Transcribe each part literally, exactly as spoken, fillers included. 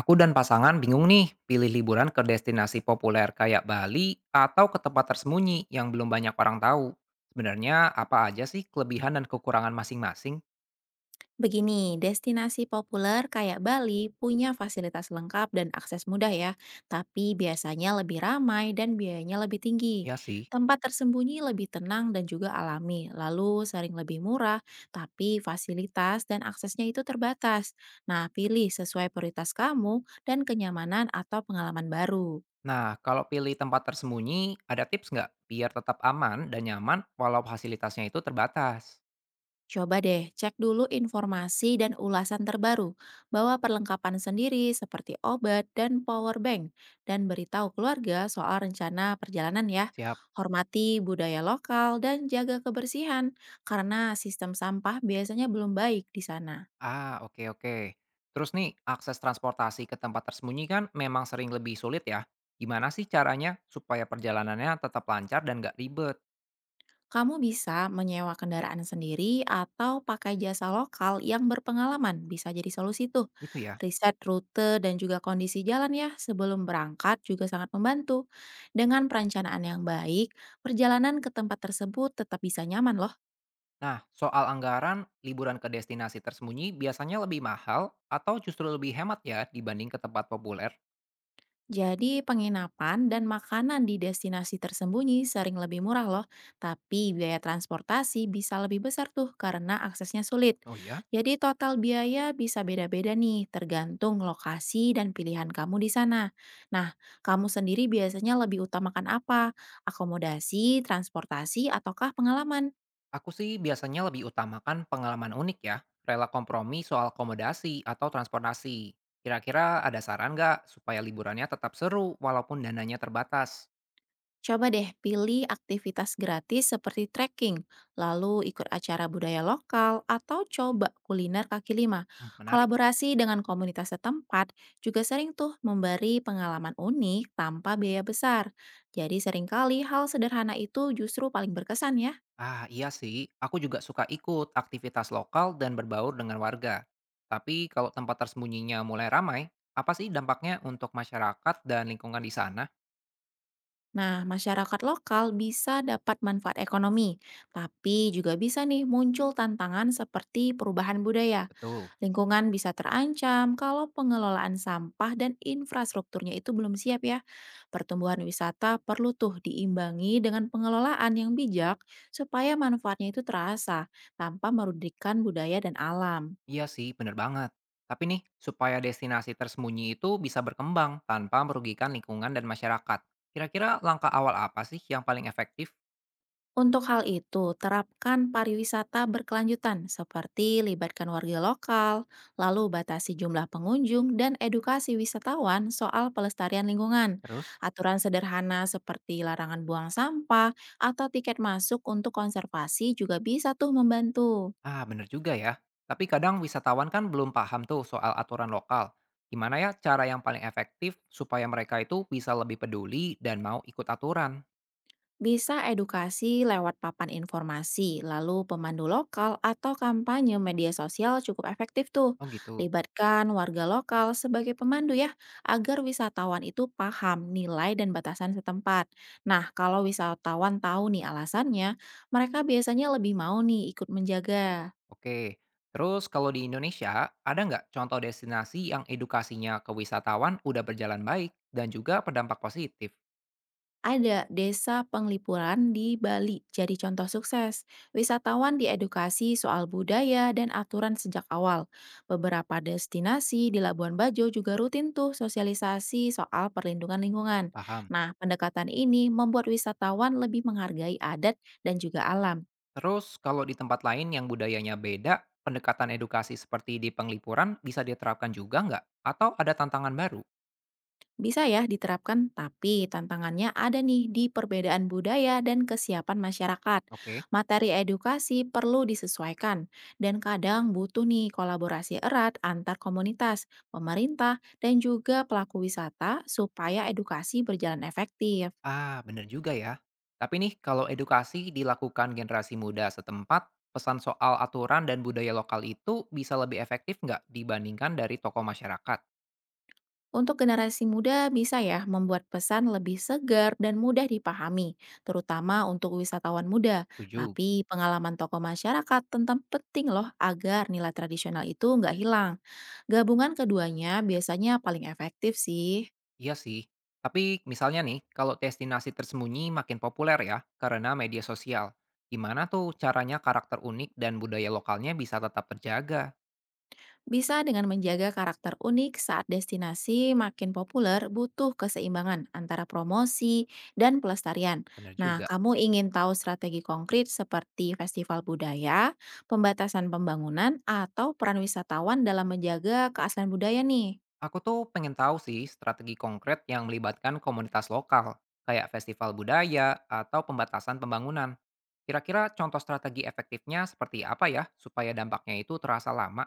Aku dan pasangan bingung nih pilih liburan ke destinasi populer kayak Bali atau ke tempat tersembunyi yang belum banyak orang tahu. Sebenarnya apa aja sih kelebihan dan kekurangan masing-masing? Begini, destinasi populer kayak Bali punya fasilitas lengkap dan akses mudah ya, tapi biasanya lebih ramai dan biayanya lebih tinggi. Ya sih. Tempat tersembunyi lebih tenang dan juga alami, lalu sering lebih murah, tapi fasilitas dan aksesnya itu terbatas. Nah, pilih sesuai prioritas kamu dan kenyamanan atau pengalaman baru. Nah, kalau pilih tempat tersembunyi, ada tips nggak biar tetap aman dan nyaman walau fasilitasnya itu terbatas? Coba deh cek dulu informasi dan ulasan terbaru, bawa perlengkapan sendiri seperti obat dan power bank, dan beritahu keluarga soal rencana perjalanan ya. Siap. Hormati budaya lokal dan jaga kebersihan, karena sistem sampah biasanya belum baik di sana. Ah, oke oke. Terus nih, akses transportasi ke tempat tersembunyi kan memang sering lebih sulit ya. Gimana sih caranya supaya perjalanannya tetap lancar dan nggak ribet? Kamu bisa menyewa kendaraan sendiri atau pakai jasa lokal yang berpengalaman, bisa jadi solusi tuh. Gitu ya. Riset rute dan juga kondisi jalan ya sebelum berangkat juga sangat membantu. Dengan perencanaan yang baik, perjalanan ke tempat tersebut tetap bisa nyaman loh. Nah, soal anggaran, liburan ke destinasi tersembunyi biasanya lebih mahal atau justru lebih hemat ya dibanding ke tempat populer? Jadi penginapan dan makanan di destinasi tersembunyi sering lebih murah loh, tapi biaya transportasi bisa lebih besar tuh karena aksesnya sulit. Oh ya? Jadi total biaya bisa beda-beda nih, tergantung lokasi dan pilihan kamu di sana. Nah, kamu sendiri biasanya lebih utamakan apa? Akomodasi, transportasi, ataukah pengalaman? Aku sih biasanya lebih utamakan pengalaman unik ya, rela kompromi soal komodasi atau transportasi. Kira-kira ada saran nggak supaya liburannya tetap seru walaupun dananya terbatas? Coba deh pilih aktivitas gratis seperti trekking, lalu ikut acara budaya lokal, atau coba kuliner kaki lima. Hmm. Menarik. Kolaborasi dengan komunitas setempat juga sering tuh memberi pengalaman unik tanpa biaya besar. Jadi seringkali hal sederhana itu justru paling berkesan ya. Ah iya sih, aku juga suka ikut aktivitas lokal dan berbaur dengan warga. Tapi kalau tempat tersembunyinya mulai ramai, apa sih dampaknya untuk masyarakat dan lingkungan di sana? Nah, masyarakat lokal bisa dapat manfaat ekonomi, tapi juga bisa nih muncul tantangan seperti perubahan budaya. Betul. Lingkungan bisa terancam kalau pengelolaan sampah dan infrastrukturnya itu belum siap ya. Pertumbuhan wisata perlu tuh diimbangi dengan pengelolaan yang bijak supaya manfaatnya itu terasa tanpa merugikan budaya dan alam. Iya sih, bener banget. Tapi nih, supaya destinasi tersembunyi itu bisa berkembang tanpa merugikan lingkungan dan masyarakat. Kira-kira langkah awal apa sih yang paling efektif? Untuk hal itu, terapkan pariwisata berkelanjutan seperti libatkan warga lokal, lalu batasi jumlah pengunjung dan edukasi wisatawan soal pelestarian lingkungan. Terus, Aturan sederhana seperti larangan buang sampah atau tiket masuk untuk konservasi juga bisa tuh membantu. ah bener juga ya. Tapi kadang wisatawan kan belum paham tuh soal aturan lokal. Gimana ya cara yang paling efektif supaya mereka itu bisa lebih peduli dan mau ikut aturan? Bisa edukasi lewat papan informasi, lalu pemandu lokal atau kampanye media sosial cukup efektif tuh. Oh gitu. Libatkan warga lokal sebagai pemandu ya, agar wisatawan itu paham nilai dan batasan setempat. Nah, kalau wisatawan tahu nih alasannya, mereka biasanya lebih mau nih ikut menjaga. Oke. Terus kalau di Indonesia, ada nggak contoh destinasi yang edukasinya ke wisatawan udah berjalan baik dan juga berdampak positif? Ada desa Penglipuran di Bali jadi contoh sukses. Wisatawan diedukasi soal budaya dan aturan sejak awal. Beberapa destinasi di Labuan Bajo juga rutin tuh sosialisasi soal perlindungan lingkungan. Paham. Nah, pendekatan ini membuat wisatawan lebih menghargai adat dan juga alam. Terus kalau di tempat lain yang budayanya beda, pendekatan edukasi seperti di Penglipuran bisa diterapkan juga nggak? Atau ada tantangan baru? Bisa ya diterapkan, tapi tantangannya ada nih di perbedaan budaya dan kesiapan masyarakat. Oke. Materi edukasi perlu disesuaikan, dan kadang butuh nih kolaborasi erat antar komunitas, pemerintah, dan juga pelaku wisata supaya edukasi berjalan efektif. Ah, bener juga ya. Tapi nih, kalau edukasi dilakukan generasi muda setempat, pesan soal aturan dan budaya lokal itu bisa lebih efektif nggak dibandingkan dari tokoh masyarakat? Untuk generasi muda bisa ya membuat pesan lebih segar dan mudah dipahami, terutama untuk wisatawan muda. Setuju. Tapi pengalaman tokoh masyarakat tentang penting loh agar nilai tradisional itu nggak hilang. Gabungan keduanya biasanya paling efektif sih. Iya sih, tapi misalnya nih, kalau destinasi tersembunyi makin populer ya, karena media sosial. Gimana tuh caranya karakter unik dan budaya lokalnya bisa tetap terjaga? Bisa dengan menjaga karakter unik saat destinasi makin populer butuh keseimbangan antara promosi dan pelestarian. Bener Nah, juga. kamu ingin tahu strategi konkret seperti festival budaya, pembatasan pembangunan, atau peran wisatawan dalam menjaga keaslian budaya nih? Aku tuh pengen tahu sih strategi konkret yang melibatkan komunitas lokal, kayak festival budaya atau pembatasan pembangunan. Kira-kira contoh strategi efektifnya seperti apa ya, supaya dampaknya itu terasa lama?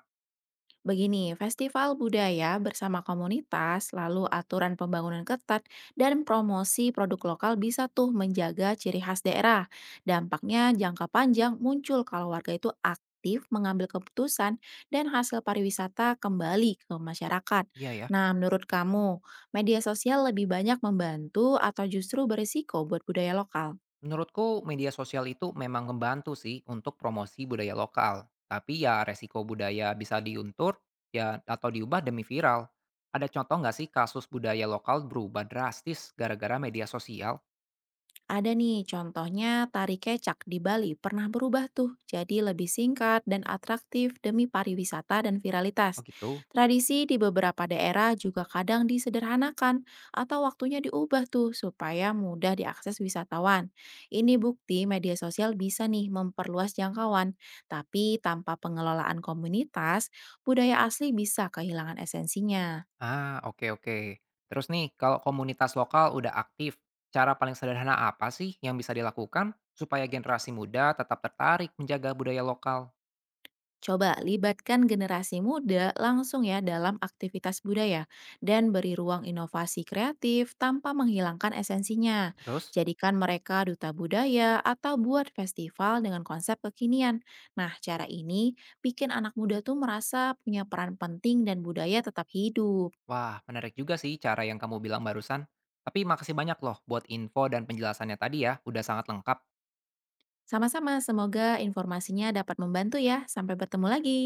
Begini, festival budaya bersama komunitas, lalu aturan pembangunan ketat, dan promosi produk lokal bisa tuh menjaga ciri khas daerah. Dampaknya jangka panjang muncul kalau warga itu aktif mengambil keputusan dan hasil pariwisata kembali ke masyarakat. Iya ya. Nah, menurut kamu, media sosial lebih banyak membantu atau justru berisiko buat budaya lokal? Menurutku media sosial itu memang membantu sih untuk promosi budaya lokal. Tapi ya resiko budaya bisa diuntur ya atau diubah demi viral. Ada contoh nggak sih kasus budaya lokal berubah drastis gara-gara media sosial? Ada nih, contohnya tari kecak di Bali pernah berubah tuh jadi lebih singkat dan atraktif demi pariwisata dan viralitas. Oh gitu? Tradisi di beberapa daerah juga kadang disederhanakan atau waktunya diubah tuh supaya mudah diakses wisatawan. Ini bukti media sosial bisa nih memperluas jangkauan, tapi tanpa pengelolaan komunitas, budaya asli bisa kehilangan esensinya. Ah, oke oke. Terus nih kalau komunitas lokal udah aktif, cara paling sederhana apa sih yang bisa dilakukan supaya generasi muda tetap tertarik menjaga budaya lokal? Coba libatkan generasi muda langsung ya dalam aktivitas budaya dan beri ruang inovasi kreatif tanpa menghilangkan esensinya. Terus? Jadikan mereka duta budaya atau buat festival dengan konsep kekinian. Nah, cara ini bikin anak muda tuh merasa punya peran penting dan budaya tetap hidup. Wah, menarik juga sih cara yang kamu bilang barusan. Tapi makasih banyak loh buat info dan penjelasannya tadi ya, udah sangat lengkap. Sama-sama, semoga informasinya dapat membantu ya. Sampai bertemu lagi.